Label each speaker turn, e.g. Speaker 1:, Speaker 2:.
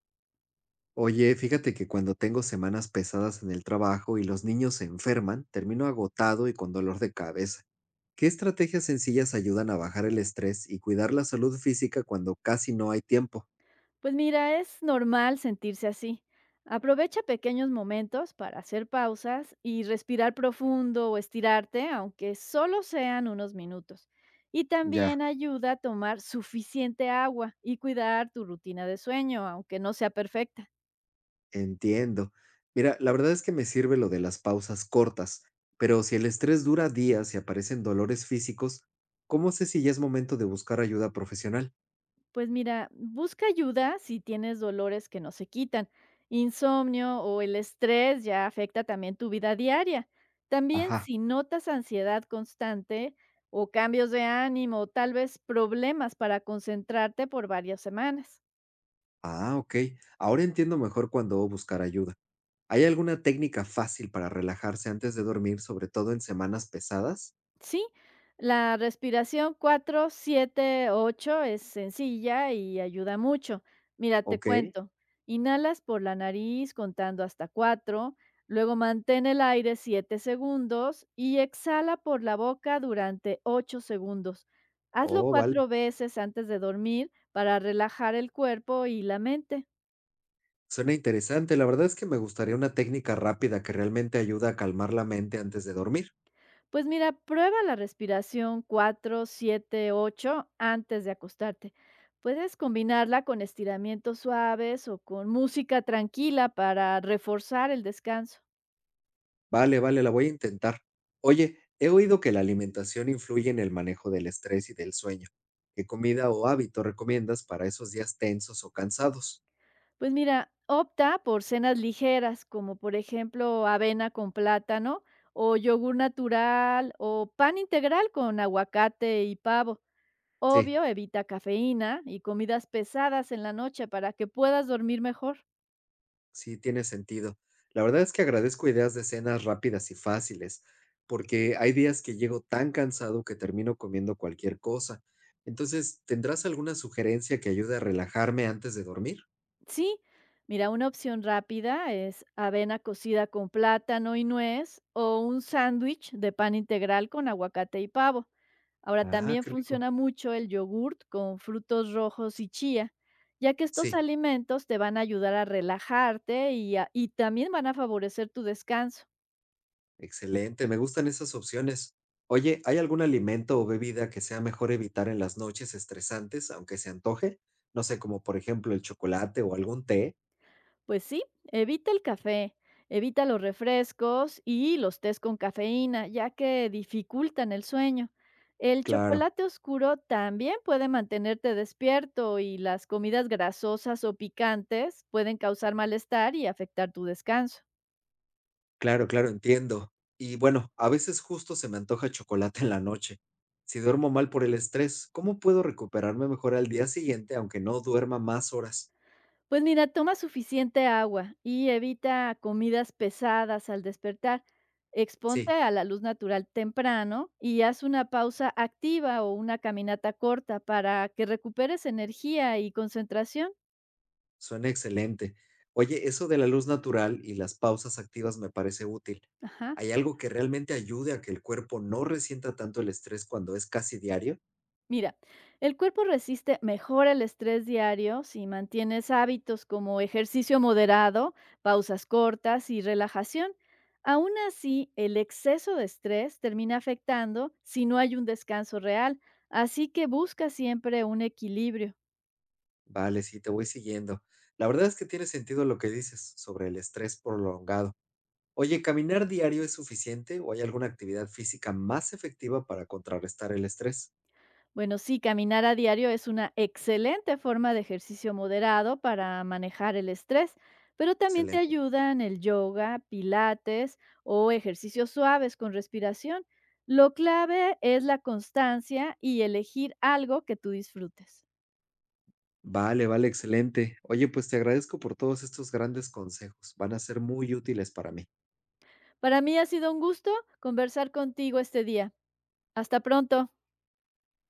Speaker 1: Oye, fíjate que cuando tengo semanas pesadas en el trabajo y los niños se enferman, termino agotado y con dolor de cabeza. ¿Qué estrategias sencillas ayudan a bajar el estrés y cuidar la salud física cuando casi no hay tiempo?
Speaker 2: Pues mira, es normal sentirse así. Aprovecha pequeños momentos para hacer pausas y respirar profundo o estirarte, aunque solo sean unos minutos. Y
Speaker 1: Ya,
Speaker 2: también ayuda a tomar suficiente agua y cuidar tu rutina de sueño, aunque no sea perfecta.
Speaker 1: entiendo. Mira, la verdad es que me sirve lo de las pausas cortas, pero si el estrés dura días y aparecen dolores físicos, ¿cómo sé si ya es momento de buscar ayuda profesional?
Speaker 2: Pues mira, busca ayuda si tienes dolores que no se quitan, insomnio o el estrés ya afecta también tu vida diaria. También
Speaker 1: Ajá.
Speaker 2: si notas ansiedad constante o cambios de ánimo o tal vez problemas para concentrarte por varias semanas.
Speaker 1: Ah, ok. Ahora entiendo mejor cuándo buscar ayuda. ¿Hay alguna técnica fácil para relajarse antes de dormir, sobre todo en semanas pesadas?
Speaker 2: Sí, la respiración 4-7-8 es sencilla y ayuda mucho. Mira, te
Speaker 1: Ok.
Speaker 2: cuento. Inhalas por la nariz contando hasta 4, luego mantén el aire 7 segundos y exhala por la boca durante 8 segundos. Hazlo
Speaker 1: Oh, vale.
Speaker 2: 4 veces antes de dormir para relajar el cuerpo y la mente.
Speaker 1: Suena interesante. La verdad es que me gustaría una técnica rápida que realmente ayuda a calmar la mente antes de dormir.
Speaker 2: Pues mira, prueba la respiración 4-7-8 antes de acostarte. Puedes combinarla con estiramientos suaves o con música tranquila para reforzar el descanso.
Speaker 1: Vale, vale, la voy a intentar. Oye, he oído que la alimentación influye en el manejo del estrés y del sueño. ¿Qué comida o hábito recomiendas para esos días tensos o cansados?
Speaker 2: Pues mira, opta por cenas ligeras, como por ejemplo avena con plátano o yogur natural o pan integral con aguacate y pavo.
Speaker 1: Sí.
Speaker 2: Obvio, evita cafeína y comidas pesadas en la noche para que puedas dormir mejor.
Speaker 1: Sí, tiene sentido. La verdad es que agradezco ideas de cenas rápidas y fáciles, porque hay días que llego tan cansado que termino comiendo cualquier cosa. Entonces, ¿tendrás alguna sugerencia que ayude a relajarme antes de dormir?
Speaker 2: Sí, mira, una opción rápida es avena cocida con plátano y nuez o un sándwich de pan integral con aguacate y pavo. Ahora
Speaker 1: Ah,
Speaker 2: también
Speaker 1: qué rico.
Speaker 2: funciona mucho el yogurt con frutos rojos y chía, ya que estos
Speaker 1: Sí,
Speaker 2: alimentos te van a ayudar a relajarte y, y también van a favorecer tu descanso.
Speaker 1: excelente, me gustan esas opciones. Oye, ¿hay algún alimento o bebida que sea mejor evitar en las noches estresantes, aunque se antoje? No sé, como por ejemplo el chocolate o algún té.
Speaker 2: Pues sí, evita el café, evita los refrescos y los tés con cafeína, ya que dificultan el sueño. El
Speaker 1: Claro.
Speaker 2: chocolate oscuro también puede mantenerte despierto y las comidas grasosas o picantes pueden causar malestar y afectar tu descanso.
Speaker 1: Claro, claro, entiendo. Y bueno, a veces justo se me antoja chocolate en la noche. Si duermo mal por el estrés, ¿cómo puedo recuperarme mejor al día siguiente aunque no duerma más horas?
Speaker 2: Pues mira, toma suficiente agua y evita comidas pesadas al despertar. Exponte
Speaker 1: Sí,
Speaker 2: a la luz natural temprano y haz una pausa activa o una caminata corta para que recuperes energía y concentración.
Speaker 1: suena excelente. Oye, eso de la luz natural y las pausas activas me parece útil.
Speaker 2: Ajá.
Speaker 1: ¿Hay algo que realmente ayude a que el cuerpo no resienta tanto el estrés cuando es casi diario?
Speaker 2: Mira, el cuerpo resiste mejor el estrés diario si mantienes hábitos como ejercicio moderado, pausas cortas y relajación. Aún así, el exceso de estrés termina afectando si no hay un descanso real, así que busca siempre un equilibrio.
Speaker 1: Vale, sí, te voy siguiendo. La verdad es que tiene sentido lo que dices sobre el estrés prolongado. Oye, ¿caminar diario es suficiente o hay alguna actividad física más efectiva para contrarrestar el estrés?
Speaker 2: Bueno, sí, caminar a diario es una excelente forma de ejercicio moderado para manejar el estrés, pero también te
Speaker 1: Excelente.
Speaker 2: ayudan el yoga, pilates o ejercicios suaves con respiración. Lo clave es la constancia y elegir algo que tú disfrutes.
Speaker 1: Vale, vale, excelente. Oye, pues te agradezco por todos estos grandes consejos. Van a ser muy útiles para mí.
Speaker 2: Para mí ha sido un gusto conversar contigo este día. Hasta pronto.